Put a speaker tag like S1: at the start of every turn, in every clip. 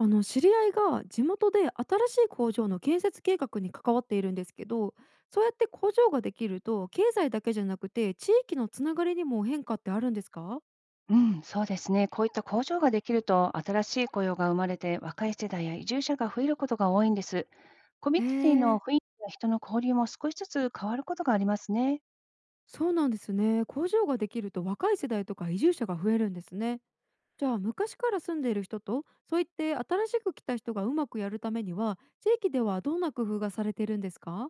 S1: あの知り合いが地元で新しい工場の建設計画に関わっているんですけど、そうやって工場ができると経済だけじゃなくて地域のつながりにも変化ってあるんですか？
S2: うん、そうですね。こういった工場ができると、新しい雇用が生まれて、若い世代や移住者が増えることが多いんです。コミュ
S1: へ
S2: ニティの
S1: え、
S2: 雰囲気や人の交流も少しずつ変わることがありますね。
S1: そうなんですね。工場ができると若い世代とか移住者が増えるんですね。じゃあ昔から住んでいる人と、そういって新しく来た人がうまくやるためには地域ではどんな工夫がされているんですか？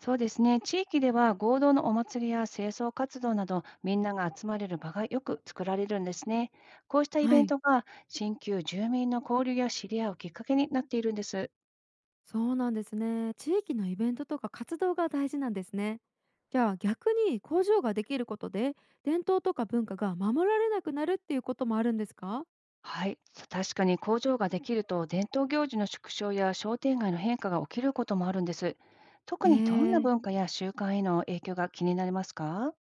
S2: そうですね。地域では合同のお祭りや清掃活動など、みんなが集まれる場がよく作られるんですね。こうしたイ
S1: は
S2: ベン
S1: い。
S2: トが、新旧住民の交流や知り合いをきっかけになっているんです。
S1: そうなんですね。地域のイベントとか活動が大事なんですね。じゃあ逆に工場ができることで伝統とか文化が守られなくなるっていうこともあるんですか？
S2: はい、確かに工場ができると伝統行事の縮小や商店街の変化が起きることもあるんです。特
S1: へ
S2: にどんな
S1: え。
S2: 文化や習慣への影響が気になりますか？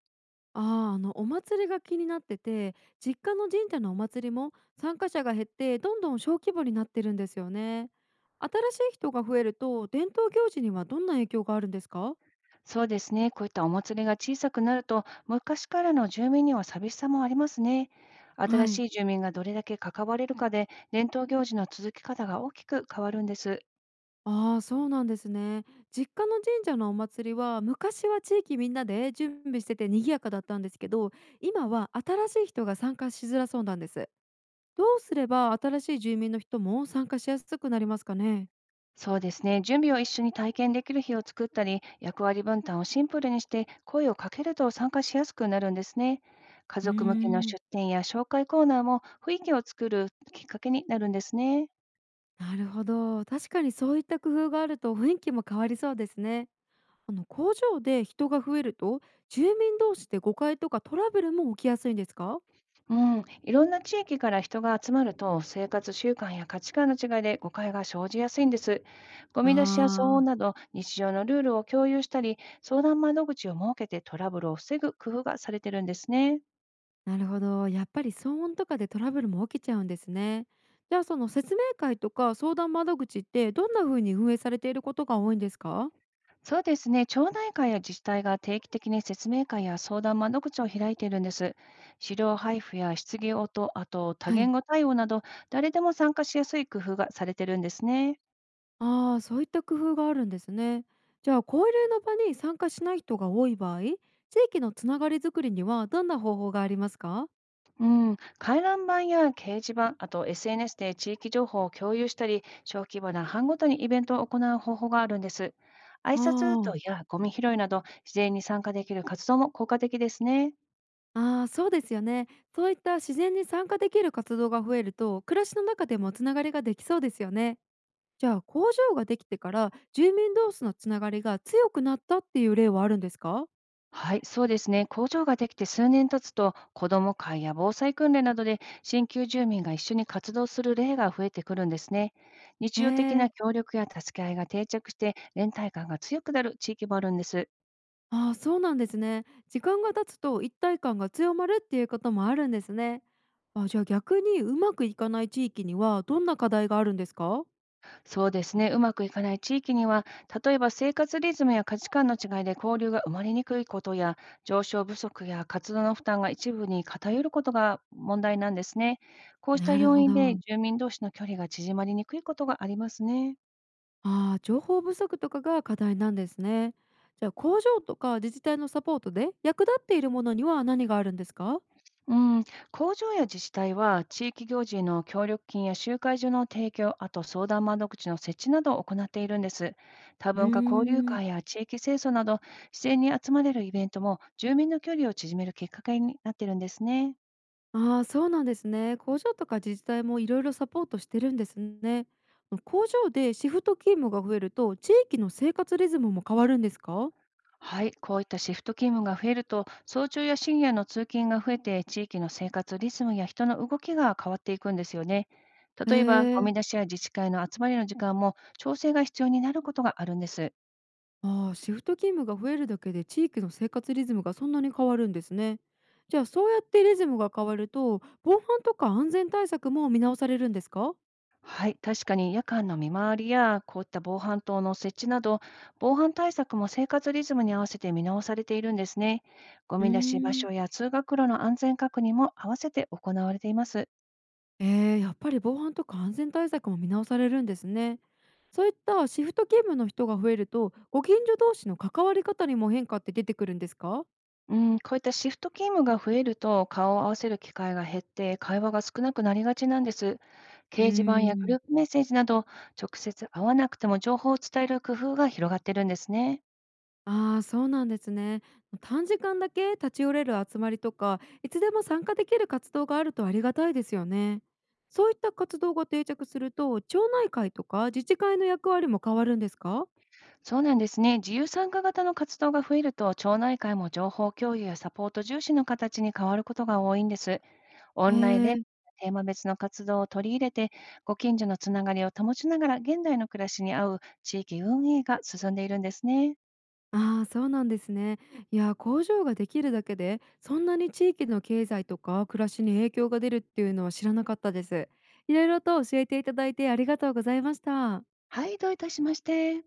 S1: ああ、あのお祭りが気になってて、実家の神社のお祭りも参加者が減ってどんどん小規模になってるんですよね。新しい人が増えると伝統行事にはどんな影響があるんですか？
S2: そうですね、こういったお祭りが小さくなると昔からの住民には寂しさもありますね。新
S1: はい。
S2: しい住民がどれだけ関われるかで伝統行事の続き方が大きく変わるんです。
S1: ああ、そうなんですね。実家の神社のお祭りは昔は地域みんなで準備してて賑やかだったんですけど、今は新しい人が参加しづらそうなんです。どうすれば新しい住民の人も参加しやすくなりますかね。
S2: そうですね。準備を一緒に体験できる日を作ったり、役割分担をシンプルにして声をかけると参加しやすくなるんですね。家
S1: う
S2: 族向けの
S1: ーん、
S2: 出店や紹介コーナーも雰囲気を作るきっかけになるんですね。
S1: なるほど。確かにそういった工夫があると雰囲気も変わりそうですね。あの工場で人が増えると住民同士で誤解とかトラブルも起きやすいんですか？
S2: うん、いろんな地域から人が集まると生活習慣や価値観の違いで誤解が生じやすいんです。ゴミ出しや騒音
S1: ああ
S2: な
S1: ー、
S2: ど日常のルールを共有したり、相談窓口を設けてトラブルを防ぐ工夫がされてるんですね。
S1: なるほど。やっぱり騒音とかでトラブルも起きちゃうんですね。じゃあその説明会とか相談窓口ってどんな風に運営されていることが多いんですか？
S2: そうですね。町内会や自治体が定期的に説明会や相談窓口を開いているんです。資料配布や質疑応答、あと多
S1: は
S2: 言
S1: い。
S2: 語対応など、誰でも参加しやすい工夫がされてるんですね。
S1: ああー、そういった工夫があるんですね。じゃあ交流の場に参加しない人が多い場合、地域のつながりづくりにはどんな方法がありますか？
S2: うん、回覧板や掲示板、あと SNS で地域情報を共有したり、小規模な班ごとにイベントを行う方法があるんです。挨
S1: あ
S2: 拶ルー
S1: あ、あ
S2: ト
S1: ー、
S2: やゴミ拾いなど、自然に参加できる活動も効果的ですね。
S1: あー、そうですよね。そういった自然に参加できる活動が増えると、暮らしの中でもつながりができそうですよね。じゃあ工場ができてから住民同士のつながりが強くなったっていう例はあるんですか？
S2: はい、そうですね。工場ができて数年経つと、子ども会や防災訓練などで、新旧住民が一緒に活動する例が増えてくるんですね。
S1: へ
S2: 日常的な
S1: え。
S2: 協力や助け合いが定着して、連帯感が強くなる地域もあるんです。
S1: ああ、そうなんですね。時間が経つと一体感が強まるっていうこともあるんですね。あ、じゃあ逆にうまくいかない地域にはどんな課題があるんですか？
S2: そうですね。うまくいかない地域には、例えば生活リズムや価値観の違いで交流が生まれにくいことや、上昇不足や活動の負担が一部に偏ることが問題なんですね。こうした
S1: なる
S2: 要
S1: ほ
S2: 因で、
S1: ど。
S2: 住民同士の距離が縮まりにくいことがありますね。
S1: ああ、情報不足とかが課題なんですね。じゃあ工場とか自治体のサポートで役立っているものには何があるんですか？
S2: うん、工場や自治体は地域行事の協力金や集会所の提供、あと相談窓口の設置などを行っているんです。多
S1: うー
S2: 文化交流
S1: ん。
S2: 会や地域清掃など、自然に集まれるイベントも住民の距離を縮めるきっかけになっているんですね。
S1: ああ、そうなんですね。工場とか自治体もいろいろサポートしてるんですね。工場でシフト勤務が増えると地域の生活リズムも変わるんですか？
S2: はい、こういったシフト勤務が増えると、早朝や深夜の通勤が増えて、地域の生活リズムや人の動きが変わっていくんですよね。
S1: へ
S2: 例えば、ゴ
S1: え。
S2: ミ出しや自治会の集まりの時間も調整が必要になることがあるんです。
S1: ああ、シフト勤務が増えるだけで地域の生活リズムがそんなに変わるんですね。じゃあそうやってリズムが変わると防犯とか安全対策も見直されるんですか？
S2: はい、確かに夜間の見回りやこういった防犯灯の設置など、防犯対策も生活リズムに合わせて見直されているんですね。ゴ
S1: うー
S2: ミ出し場所
S1: ん。
S2: や通学路の安全確認も合わせて行われています。
S1: えー、やっぱり防犯とか安全対策も見直されるんですね。そういったシフト勤務の人が増えると、ご近所同士の関わり方にも変化って出てくるんですか？
S2: うん、こういったシフト勤務が増えると、顔を合わせる機会が減って、会話が少なくなりがちなんです。掲
S1: うー
S2: 示板やグル
S1: ん。
S2: ープメッセージなど、直接会わなくても情報を伝える工夫が広がってるんですね。
S1: ああー、そうなんですね。短時間だけ立ち寄れる集まりとか、いつでも参加できる活動があるとありがたいですよね。そういった活動が定着すると、町内会とか自治会の役割も変わるんですか？
S2: そうなんですね。自由参加型の活動が増えると、町内会も情報共有やサポート重視の形に変わることが多いんです。オンラインで
S1: ええ。
S2: テーマ別の活動を取り入れて、ご近所のつながりを保ちながら現代の暮らしに合う地域運営が進んでいるんですね。
S1: ああ、そうなんですね。いやー、工場ができるだけで、そんなに地域の経済とか暮らしに影響が出るっていうのは知らなかったです。いろいろと教えていただいてありがとうございました。
S2: はい、どういたしまして。